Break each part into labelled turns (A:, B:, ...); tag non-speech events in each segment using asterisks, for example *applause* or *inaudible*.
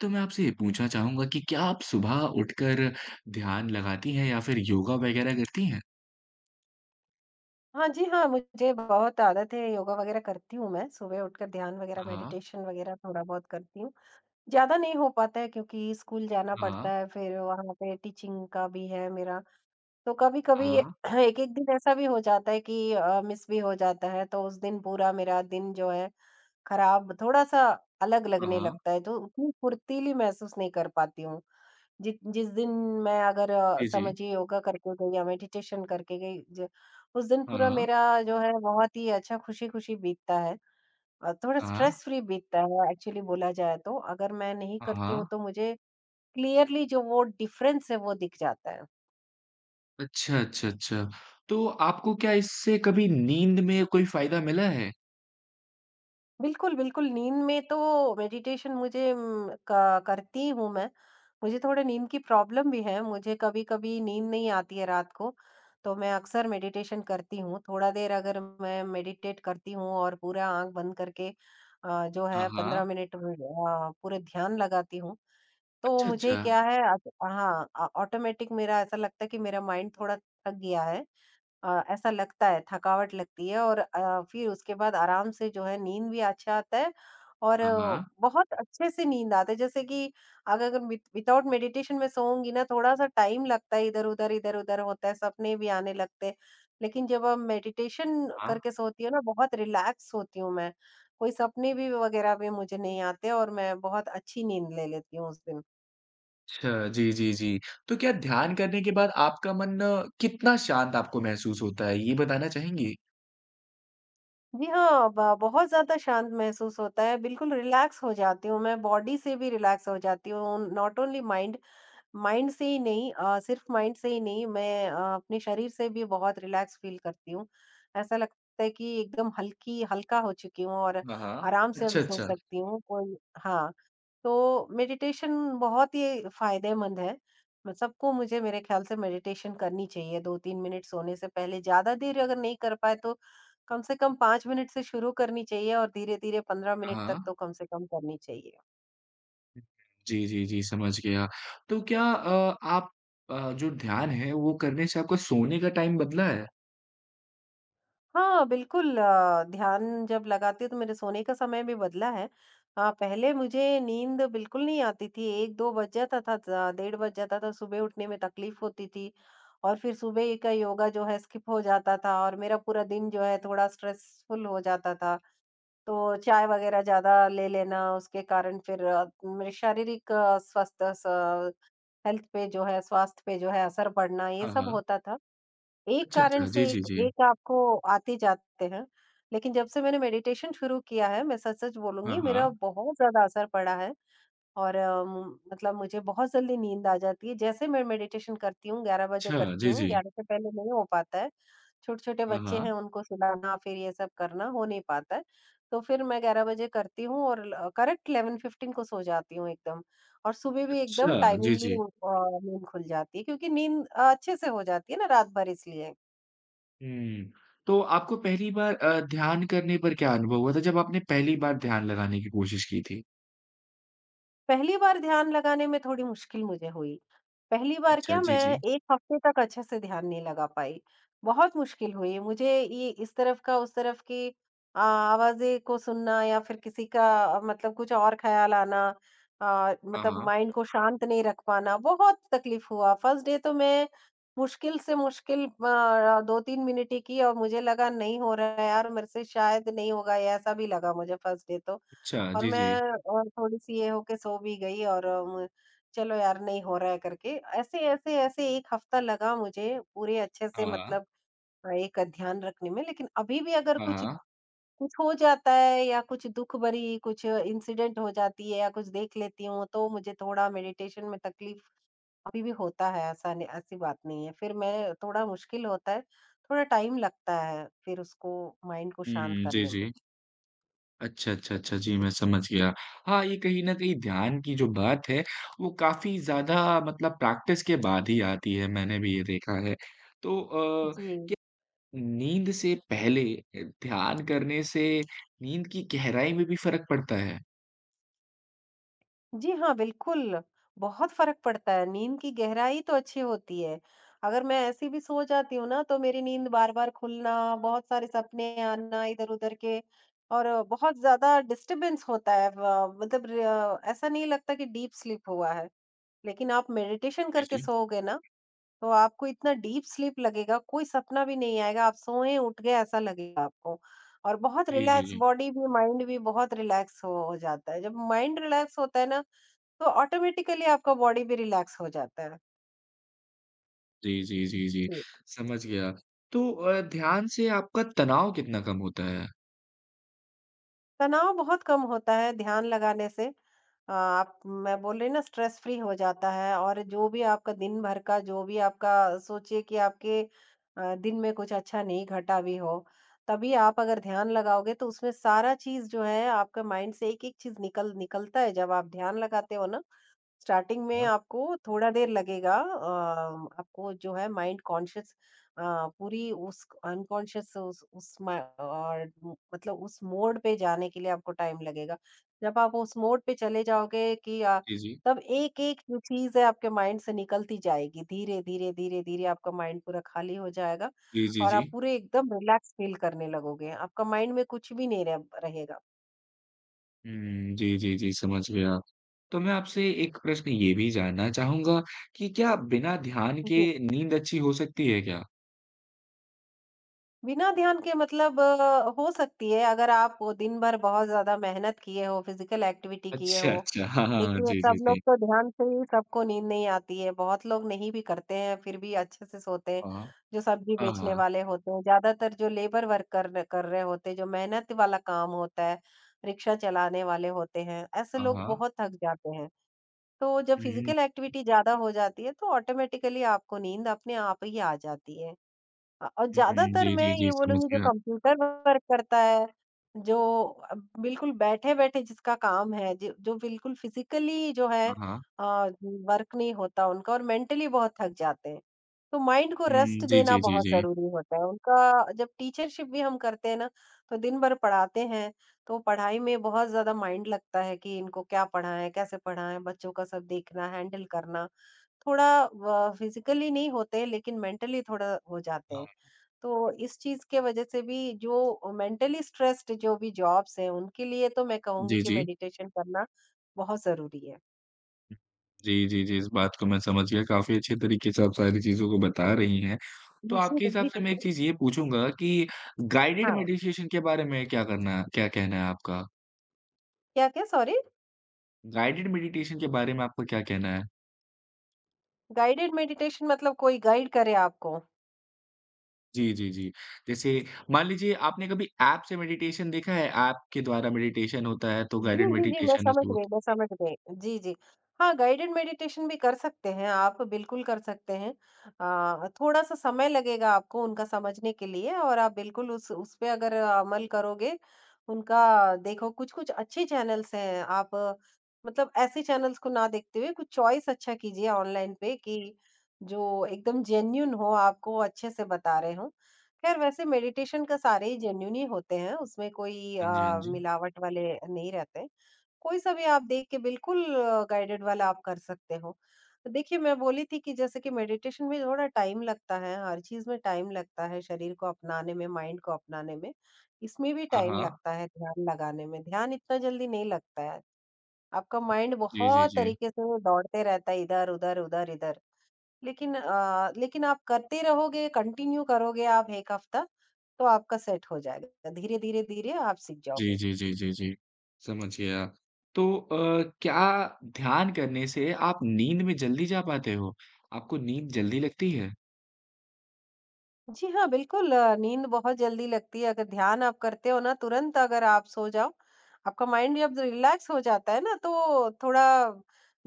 A: तो मैं आपसे ये पूछना चाहूँगा कि क्या आप सुबह उठकर ध्यान लगाती हैं या फिर योगा वग़ैरह करती हैं?
B: हाँ जी, हाँ, मुझे बहुत आदत है, योगा वगैरह करती हूँ मैं, सुबह उठकर ध्यान वगैरह
A: हाँ,
B: मेडिटेशन वगैरह थोड़ा बहुत करती हूँ। ज़्यादा नहीं हो पाता है क्योंकि स्कूल जाना
A: हाँ,
B: पड़ता है, फिर वहाँ पे टीचिंग का भी है मेरा, तो कभी-कभी
A: हाँ,
B: एक-एक *clears throat* दिन ऐसा भी हो जाता है कि मिस भी हो जाता है, तो उस दिन पूरा मेरा दिन जो है खराब थोड़ा-सा अलग लगने
A: हाँ।
B: लगता है, तो उतनी फुर्तीली महसूस नहीं कर पाती हूँ। जि जिस दिन मैं अगर
A: जी, जी।
B: समझिए योगा करके गई या मेडिटेशन करके गई ज उस दिन पूरा
A: हाँ,
B: मेरा जो है बहुत ही अच्छा खुशी-खुशी बीतता है और थोड़ा
A: हाँ,
B: स्ट्रेस फ्री बीतता है एक्चुअली बोला जाए तो। अगर मैं नहीं करती हूँ
A: हाँ।
B: तो मुझे क्लियरली जो वो डिफ़रेंस है वो दिख जाता है।
A: अच्छा, अच्छा, अच्छा। तो आपको क्या इससे कभी नींद में कोई फ़ायदा मिला है?
B: बिल्कुल, बिल्कुल, नींद में तो मेडिटेशन मुझे उम, क करती हूँ मैं। मुझे थोड़े नींद की प्रॉब्लम भी है, मुझे कभी-कभी नींद नहीं आती है रात को, तो मैं अक्सर मेडिटेशन करती हूँ। थोड़ा देर अगर मैं मेडिटेट करती हूँ और पूरा आँख बंद करके जो
A: हाँ,
B: है 15
A: हाँ।
B: मिनट में, पूरे ध्यान लगाती हूँ, तो
A: अच्छा,
B: मुझे
A: अच्छा।
B: क्या है हाँ, ऑटोमेटिक मेरा ऐसा लगता है कि मेरा माइंड थोड़ा थक गया है। ऐसा लगता है, थकावट लगती है और फिर उसके बाद आराम से जो है नींद भी अच्छा आता है और
A: हाँ, हाँ,
B: बहुत अच्छे से नींद आता है। जैसे कि अगर विदाउट मेडिटेशन में सोऊँगी ना, थोड़ा-सा टाइम लगता है इधर-उधर, इधर-उधर होता है, सपने भी आने लगते हैं। लेकिन जब आप मेडिटेशन
A: हाँ।
B: करके सोती हूँ ना, बहुत रिलैक्स होती हूँ मैं। कोई सपने भी वगैरह भी मुझे नहीं आते और मैं बहुत अच्छी नींद ले लेती हूँ उस दिन।
A: अच्छा, जी, जी, जी। तो क्या ध्यान करने के बाद आपका मन कितना शांत आपको महसूस होता है, ये बताना चाहेंगी?
B: जी हाँ, ब बहुत ज़्यादा शांत महसूस होता है, बिल्कुल रिलैक्स हो जाती हूँ मैं, बॉडी से भी रिलैक्स हो जाती हूँ, नॉट ओनली माइंड, माइंड से ही नहीं सिर्फ माइंड से ही नहीं, मैं अपने शरीर से भी बहुत रिलैक्स फ़ील करती हूँ। ऐसा लगता है कि एकदम हल्की हल्का हो चुकी हूँ और
A: हाँ, हाँ।
B: आराम से अब
A: अच्छा,
B: सो
A: अच्छा।
B: सकती हूँ, कोई हाँ। तो मेडिटेशन बहुत ही फ़ायदेमंद है। म सबको मुझे मेरे ख़्याल से मेडिटेशन करनी चाहिए 2-3 मिनट सोने से पहले, ज़्यादा देर अगर नहीं कर पाए तो कम से कम 5 मिनट से शुरू करनी चाहिए और धीरे-धीरे 15 मिनट
A: हाँ,
B: तक
A: हाँ।
B: तो कम से कम करनी चाहिए।
A: जी, जी, जी, समझ गया। तो क्या आप जो ध्यान है वो करने से आपका सोने का टाइम बदला है?
B: हाँ, बिल्कुल ध्यान जब लगाती हूँ तो मेरे सोने का समय भी बदला है। पहले मुझे नींद बिल्कुल नहीं आती थी, 1-2 बज जाता था, ज डेढ़ बज जाता था, सुबह उठने में तकलीफ़ होती थी और फिर सुबह का योगा जो है स्किप हो जाता था और मेरा पूरा दिन जो है थोड़ा स्ट्रेसफुल हो जाता था। तो चाय वगैरह ज़्यादा ले लेना उसके कारण फिर मेरे शारीरिक स्वास्थ्य स हेल्थ पे जो है स्वास्थ्य पे जो है असर पड़ना ये
A: हाँ,
B: सब
A: हाँ।
B: होता था। एक
A: अच्छा,
B: कारण
A: अच्छा। जी,
B: से
A: जी,
B: एक
A: जी।
B: एक आपको आते जाते हैं, लेकिन जब से मैंने मेडिटेशन शुरू किया है, मैं सच-सच
A: हाँ,
B: बोलूँगी
A: हाँ।
B: मेरा बहुत ज़्यादा असर पड़ा है और म मतलब मुझे बहुत जल्दी नींद आ जाती है। जैसे मैं मेडिटेशन करती हूँ, 11 बजे
A: अच्छा,
B: करती
A: जी,
B: हूँ,
A: जी।
B: 11 से पहले नहीं हो पाता है। छोटे-छोटे
A: हाँ,
B: बच्चे
A: हाँ।
B: हैं, उनको सुलाना फिर ये सब करना हो नहीं पाता है। तो फिर मैं 11 बजे करती हूँ और ल करेक्ट 11:15 को सो जाती हूँ एकदम और सुबह भी एकदम
A: अच्छा, जी,
B: टाइमिंगली
A: जी।
B: नींद खुल जाती है क्योंकि नींद अच्छे से हो जाती है ना रात भर इसलिए।
A: हुँ। तो आपको पहली बार ध्यान करने पर क्या अनुभव हुआ था जब आपने पहली बार ध्यान लगाने की कोशिश की थी?
B: पहली बार ध्यान लगाने में थोड़ी मुश्किल मुझे हुई। पहली बार
A: अच्छा,
B: क्या
A: जी,
B: मैं
A: जी।
B: 1 हफ्ते तक अच्छे से ध्यान नहीं लगा पाई। बहुत मुश्किल हुई मुझे ये इस तरफ का उस तरफ की आवाज़ें को सुनना या फिर किसी का मतलब कुछ और ख़्याल आना
A: हाँ,
B: मतलब
A: हाँ।
B: माइंड को शांत नहीं रख पाना, बहुत तकलीफ़ हुआ। फर्स्ट डे तो मैं मुश्किल से मुश्किल 2-3 मिनट ही की और मुझे लगा नहीं हो रहा है यार मेरे से शायद नहीं होगा, ये ऐसा भी लगा मुझे फर्स्ट डे तो।
A: अच्छा,
B: और
A: जी,
B: मैं
A: जी।
B: थोड़ी-सी ये हो के सो भी गई और म चलो यार नहीं हो रहा है करके। ऐसे-ऐसे, ऐसे 1 हफ्ता लगा मुझे पूरे अच्छे
A: हाँ,
B: से
A: हाँ।
B: मतलब एक ध्यान रखने में। लेकिन अभी भी अगर
A: हाँ,
B: कुछ
A: हाँ।
B: कुछ हो जाता है या कुछ दुःख भरी कुछ इंसिडेंट हो जाती है या कुछ देख लेती हूँ, तो मुझे थोड़ा मेडिटेशन में तकलीफ अभी भी होता है, ऐसा नहीं ऐसी बात नहीं है। फिर मैं थोड़ा मुश्किल होता है, थोड़ा टाइम लगता है फिर उसको माइंड को शांत
A: हुँ, जी,
B: करने में।
A: जी। अच्छा, अच्छा, अच्छा। जी, मैं समझ गया। हाँ, ये कहीं न कहीं ध्यान की जो बात है, वो काफ़ी ज़्यादा मतलब प्रैक्टिस के बाद ही आती है, मैंने भी ये देखा है। तो
B: जी।
A: क्या नींद से पहले ध्यान करने से नींद की गहराई में भी फ़र्क पड़ता है?
B: जी हाँ, बिल्कुल, बहुत फ़र्क पड़ता है, नींद की गहराई तो अच्छी होती है। अगर मैं ऐसी भी सो जाती हूँ ना, तो मेरी नींद बार-बार खुलना, बहुत सारे सपने आना इधर-उधर के और बहुत ज़्यादा डिस्टर्बेंस होता है। व मतलब र ऐसा नहीं लगता कि डीप स्लीप हुआ है, लेकिन आप मेडिटेशन
A: जी,
B: करके
A: जी।
B: सोओगे ना, तो आपको इतना डीप स्लीप लगेगा, कोई सपना भी नहीं आएगा, आप सोए, उठ गए, ऐसा लगेगा आपको। और बहुत
A: जी, जी,
B: रिलैक्स
A: जी।
B: बॉडी भी, माइंड भी बहुत रिलैक्स हो जाता है। जब माइंड रिलैक्स होता है ना, तो ऑटोमेटिकली आपका बॉडी भी रिलैक्स हो जाता है।
A: जी, जी, जी, जी।
B: जी।
A: समझ गया। तो ध्यान से आपका तनाव कितना कम होता है?
B: तनाव बहुत कम होता है ध्यान लगाने से। आप मैं बोल रही हूँ ना स्ट्रेस फ्री हो जाता है और जो भी आपका दिन भर का जो भी आपका सोचिए कि आपके दिन में कुछ अच्छा नहीं घटा भी हो, तभी आप अगर ध्यान लगाओगे तो उसमें सारा चीज़ जो है आपके माइंड से एक-एक चीज़ निकलता है। जब आप ध्यान लगाते हो ना स्टार्टिंग में
A: हाँ।
B: आपको थोड़ा देर लगेगा आपको जो है माइंड कॉन्शियस पूरी उस अनकॉन्शियस उस मा- और मु- मतलब उस मोड पे जाने के लिए आपको टाइम लगेगा जब आप उस मोड पे चले जाओगे कि
A: जी, जी।
B: तब एक एक जो चीज है आपके माइंड से निकलती जाएगी धीरे धीरे धीरे धीरे आपका माइंड पूरा खाली हो जाएगा
A: जी, जी,
B: और
A: जी।
B: आप पूरे एकदम रिलैक्स फील करने लगोगे आपका माइंड में कुछ भी नहीं रहेगा
A: हुँ, जी, जी, जी, समझ गया। तो मैं आपसे एक प्रश्न ये भी जानना चाहूँगा कि क्या बिना ध्यान के नींद अच्छी हो सकती है क्या?
B: बिना ध्यान के मतलब हो सकती है अगर आप वो दिन भर बहुत ज़्यादा मेहनत किए हो, फिज़िकल एक्टिविटी किए
A: अच्छा,
B: हो।
A: अच्छा। हाँ, हाँ।
B: देखिए
A: जी, जी,
B: सब लोग
A: जी।
B: तो ध्यान से ही सबको नींद नहीं आती है, बहुत लोग नहीं भी करते हैं, फिर भी अच्छे से सोते हैं,
A: हाँ,
B: जो सब्ज़ी
A: हाँ,
B: बेचने
A: हाँ।
B: वाले होते हैं। ज़्यादातर जो लेबर वर्क कर रहे होते हैं, जो मेहनत वाला काम होता है, रिक्शा चलाने वाले होते हैं, ऐसे
A: हाँ,
B: लोग
A: हाँ।
B: बहुत थक जाते हैं। तो जब
A: हुँ,
B: फिज़िकल एक्टिविटी ज़्यादा हो जाती है, तो ऑटोमेटिकली आपको नींद अपने आप ही आ जाती है। और
A: हुँ।
B: ज़्यादातर
A: जी,
B: मैं
A: जी, जी,
B: ये
A: समझ
B: बोलूँगी जो
A: गया।
B: कंप्यूटर वर्क करता है, जो अ, बिल्कुल बैठे-बैठे जिसका काम है, ज जो बिल्कुल फ़िज़िकली जो है
A: हाँ, हाँ।
B: अ, वर्क नहीं होता उनका और मेंटली बहुत थक जाते हैं। तो माइंड को रेस्ट
A: हुँ, जी,
B: देना
A: जी, जी,
B: बहुत
A: जी।
B: ज़रूरी होता है। उनका जब टीचरशिप भी हम करते हैं ना, तो दिन भर पढ़ाते हैं, तो पढ़ाई में बहुत ज़्यादा माइंड लगता है कि इनको क्या पढ़ाएँ, कैसे पढ़ाएँ, बच्चों का सब देखना, हैंडल करना। थोड़ा व फ़िज़िकली नहीं होते लेकिन मेंटली थोड़ा हो जाते हैं।
A: हाँ।
B: तो इस चीज़ के वजह से भी जो मेंटली स्ट्रेस्ड जो भी जॉब्स हैं, उनके लिए तो मैं कहूँगी
A: जी,
B: कि
A: जी।
B: मेडिटेशन करना बहुत ज़रूरी है।
A: जी, जी, जी, इस बात को मैं समझ गया। काफ़ी अच्छे तरीके से आप सारी चीज़ों को बता रही हैं। तो आपके हिसाब
B: ज़रूरी
A: से
B: है।
A: मैं
B: *laughs*
A: एक चीज़ ये पूछूँगा कि गाइडेड
B: हाँ,
A: मेडिटेशन के बारे में क्या कहना है आपका?
B: क्या-क्या? सॉरी?
A: गाइडेड मेडिटेशन के बारे में आपका क्या कहना है?
B: गाइडेड मेडिटेशन मतलब कोई गाइड करे आपको?
A: जी, जी, जी। जैसे मान लीजिए आपने कभी ऐप से मेडिटेशन देखा है? ऐप के द्वारा मेडिटेशन होता है तो
B: जी,
A: गाइडेड
B: जी, जी, मैं
A: मेडिटेशन उस
B: समझ
A: वो
B: गई, मैं समझ गई। जी, जी। हाँ, गाइडेड मेडिटेशन भी कर सकते हैं आप, बिल्कुल कर सकते हैं। थोड़ा-सा समय लगेगा आपको उनका समझने के लिए और आप बिल्कुल उस पे अगर अमल करोगे, उनका देखो कुछ-कुछ अच्छे चैनल्स हैं, आप मतलब ऐसे चैनल्स को ना देखते हुए कुछ चॉइस अच्छा कीजिए ऑनलाइन पे कि जो एकदम जेन्युइन हो, आपको अच्छे से बता रहे हों। खैर वैसे मेडिटेशन का सारे ही जेन्युइन ही होते हैं, उसमें कोई
A: हाँ जी, हाँ जी।
B: मिलावट वाले नहीं रहते। कोई-सा भी आप देख के बिल्कुल गाइडेड वाला आप कर सकते हो। देखिए, मैं बोली थी कि जैसे कि मेडिटेशन में थोड़ा टाइम लगता है, हर चीज़ में टाइम लगता है, शरीर को अपनाने में, माइंड को अपनाने में। इसमें भी
A: हाँ,
B: टाइम
A: हाँ।
B: लगता है ध्यान लगाने में, ध्यान इतना जल्दी नहीं लगता है। आपका माइंड
A: जी, जी,
B: बहुत
A: जी।
B: तरीके से वो दौड़ते रहता है इधर-उधर, उधर-इधर। लेकिन आप करते रहोगे, कंटिन्यू करोगे आप 1 हफ्ता, तो आपका सेट हो जाएगा। धीरे-धीरे, धीरे धीरे आप सीख
A: जी,
B: जाओगे।
A: जी, जी, जी, जी। समझ गया। तो क्या ध्यान करने से आप नींद में जल्दी जा पाते हो? आपको नींद जल्दी लगती है?
B: जी हाँ, बिल्कुल नींद बहुत जल्दी लगती है, अगर ध्यान आप करते हो ना, तुरंत अगर आप सो जाओ, आपका माइंड जब रिलैक्स हो जाता है ना, तो थोड़ा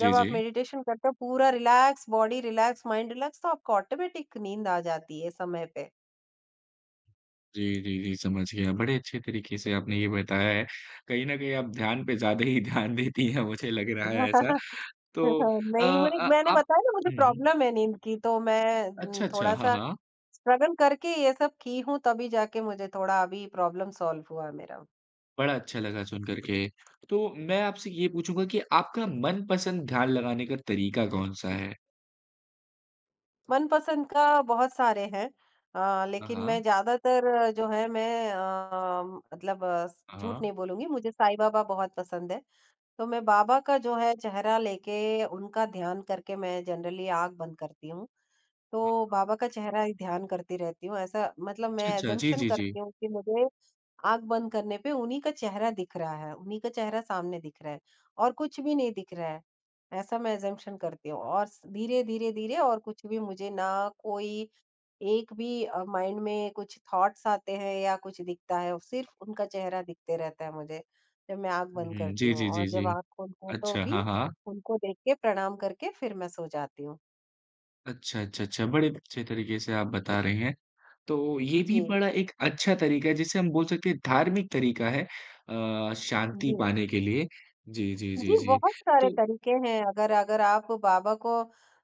A: जी,
B: जब आप
A: जी।
B: मेडिटेशन करते हो, पूरा relax, body relax, mind relax, तो आपको ऑटोमेटिक नींद आ जाती है समय पे।
A: जी, जी, जी, समझ गया। बड़े अच्छे तरीके से आपने ये बताया है। कहीं न कहीं आप ध्यान पे ज़्यादा ही ध्यान देती हैं, मुझे लग रहा है ऐसा।
B: *laughs*
A: तो
B: नहीं, मुझे मैंने
A: आप
B: बताया ना, मुझे
A: हुँ।
B: प्रॉब्लम है नींद की, तो मैं
A: अच्छा, अच्छा, हाँ,
B: थोड़ा-सा
A: हाँ।
B: स्ट्रगल करके ये सब की हूँ, तभी जाके मुझे थोड़ा अभी प्रॉब्लम सॉल्व हुआ है मेरा।
A: बड़ा अच्छा लगा सुन कर के। तो मैं आपसे ये पूछूँगा कि आपका मनपसंद ध्यान लगाने का तरीका कौन-सा है?
B: मनपसंद का बहुत सारे हैं
A: हाँ,
B: लेकिन मैं
A: हाँ।
B: ज़्यादातर जो है मैं मतलब अ,
A: हाँ,
B: झूठ
A: हाँ।
B: नहीं बोलूँगी मुझे साईं बाबा बहुत पसंद है। तो मैं बाबा का जो है चेहरा लेके उनका ध्यान करके मैं जनरली आँख बंद करती हूँ। तो बाबा का चेहरा ही ध्यान करती रहती हूँ। ऐसा मतलब
A: अच्छा,
B: मैं
A: अच्छा। जी,
B: अज़म्पशन
A: जी, जी।
B: करती हूँ कि मुझे आँख बंद करने पे उन्हीं का चेहरा दिख रहा है, उन्हीं का चेहरा सामने दिख रहा है और कुछ भी नहीं दिख रहा है। ऐसा मैं अज़म्पशन करती हूँ और स धीरे, धीरे, धीरे और कुछ भी मुझे ना कोई एक भी माइंड में कुछ थॉट्स आते हैं या कुछ दिखता है, सिर्फ़ उनका चेहरा दिखते रहता है मुझे, जब मैं आँख
A: हुँ,
B: बंद करती
A: जी,
B: हूँ
A: जी,
B: और
A: जी,
B: जब
A: जी।
B: आँख खोलती हूँ तो
A: अच्छा,
B: भी
A: हाँ, हाँ।
B: उनको देख के प्रणाम करके फिर मैं सो जाती हूँ।
A: अच्छा, अच्छा, अच्छा। बड़े अच्छे तरीके से आप बता रहे हैं। तो ये भी
B: जी,
A: बड़ा एक अच्छा तरीका है जिसे हम बोल सकते हैं धार्मिक तरीका है शांति
B: जी।
A: पाने के लिए। जी, जी, जी,
B: जी,
A: जी।
B: बहुत सारे
A: तो
B: तरीके हैं अगर अगर आप बाबा को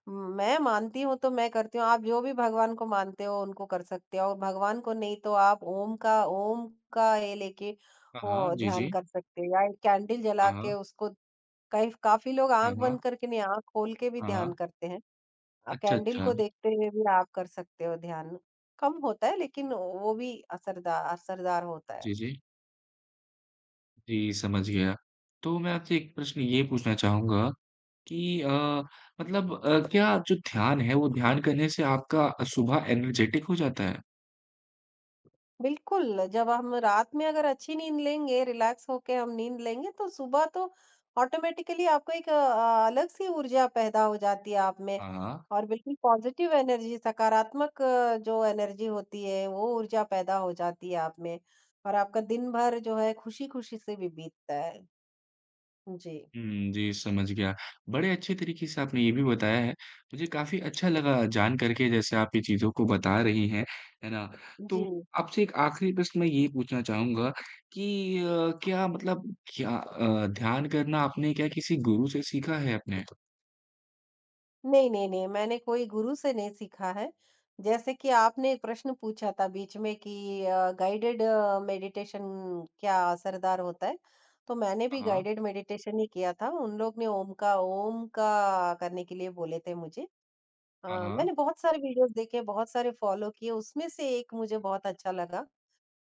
B: मैं मानती हूँ तो मैं करती हूँ, आप जो भी भगवान को मानते हो उनको कर सकते हो और भगवान को नहीं तो आप ओम का ये लेके
A: हाँ, हाँ।
B: ओ
A: जी,
B: ध्यान
A: जी।
B: कर सकते हो या एक कैंडल जला
A: हाँ,
B: के
A: हाँ।
B: उसको कई काफ़ी लोग
A: हाँ,
B: आँख बंद
A: हाँ।
B: करके नहीं, आँख खोल के भी
A: हाँ, हाँ।
B: ध्यान करते हैं।
A: अच्छा,
B: कैंडल
A: अच्छा।
B: को देखते हुए भी आप कर सकते हो ध्यान। कम होता है लेकिन वो भी असरदार असरदार होता है।
A: जी, जी। जी, समझ गया। तो मैं आपसे एक प्रश्न ये पूछना चाहूँगा कि क्या जो ध्यान है, वो ध्यान करने से आपका सुबह एनर्जेटिक हो जाता है?
B: बिल्कुल, जब हम रात में अगर अच्छी नींद लेंगे, रिलैक्स होके हम नींद लेंगे तो सुबह तो ऑटोमेटिकली आपको एक अलग सी ऊर्जा पैदा हो जाती है आप में
A: हाँ।
B: और बिल्कुल पॉज़िटिव एनर्जी सकारात्मक जो एनर्जी होती है, वो ऊर्जा पैदा हो जाती है आप में और आपका दिन भर जो है खुशी-खुशी से भी बीतता है। जी,
A: हुँ, जी, समझ गया। बड़े अच्छे तरीके से आपने ये भी बताया है। मुझे काफ़ी अच्छा लगा जान कर के जैसे आप ये चीज़ों को बता रही हैं, है ना?
B: जी।
A: तो आपसे एक आखिरी प्रश्न मैं ये पूछना चाहूँगा कि क्या ध्यान करना आपने क्या किसी गुरु से सीखा है अपने?
B: नहीं, नहीं, नहीं, मैंने कोई गुरु से नहीं सीखा है। जैसे कि आपने एक प्रश्न पूछा था बीच में कि गाइडेड मेडिटेशन क्या असरदार होता है? तो मैंने भी
A: हाँ।
B: गाइडेड मेडिटेशन ही किया था। उन लोग ने ओम का करने के लिए बोले थे मुझे।
A: हाँ, हाँ।
B: मैंने बहुत सारे वीडियोज़ देखे, बहुत सारे फ़ॉलो किए, उसमें से एक मुझे बहुत अच्छा लगा,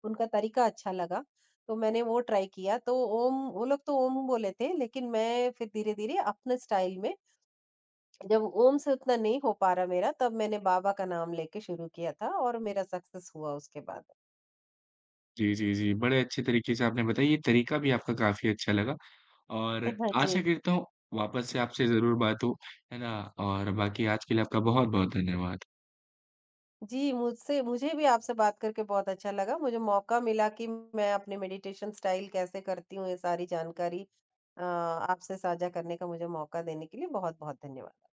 B: उनका तरीका अच्छा लगा, तो मैंने वो ट्राई किया। तो ओम वो लोग तो ओम बोले थे, लेकिन मैं फिर धीरे-धीरे अपने स्टाइल में जब ओम से उतना नहीं हो पा रहा मेरा, तब मैंने बाबा का नाम लेके शुरू किया था और मेरा सक्सेस हुआ उसके बाद।
A: जी, जी, जी। बड़े अच्छे तरीके से आपने बताई, ये तरीका भी आपका काफ़ी अच्छा लगा और
B: हाँ जी।
A: आशा करता हूँ वापस से आपसे ज़रूर बात हो, है ना? और बाकी आज के लिए आपका बहुत-बहुत धन्यवाद।
B: जी, मुझसे मुझे भी आपसे बात करके बहुत अच्छा लगा। मुझे मौका मिला कि मैं अपने मेडिटेशन स्टाइल कैसे करती हूँ, ये सारी जानकारी आपसे साझा करने का मुझे मौका देने के लिए बहुत-बहुत धन्यवाद।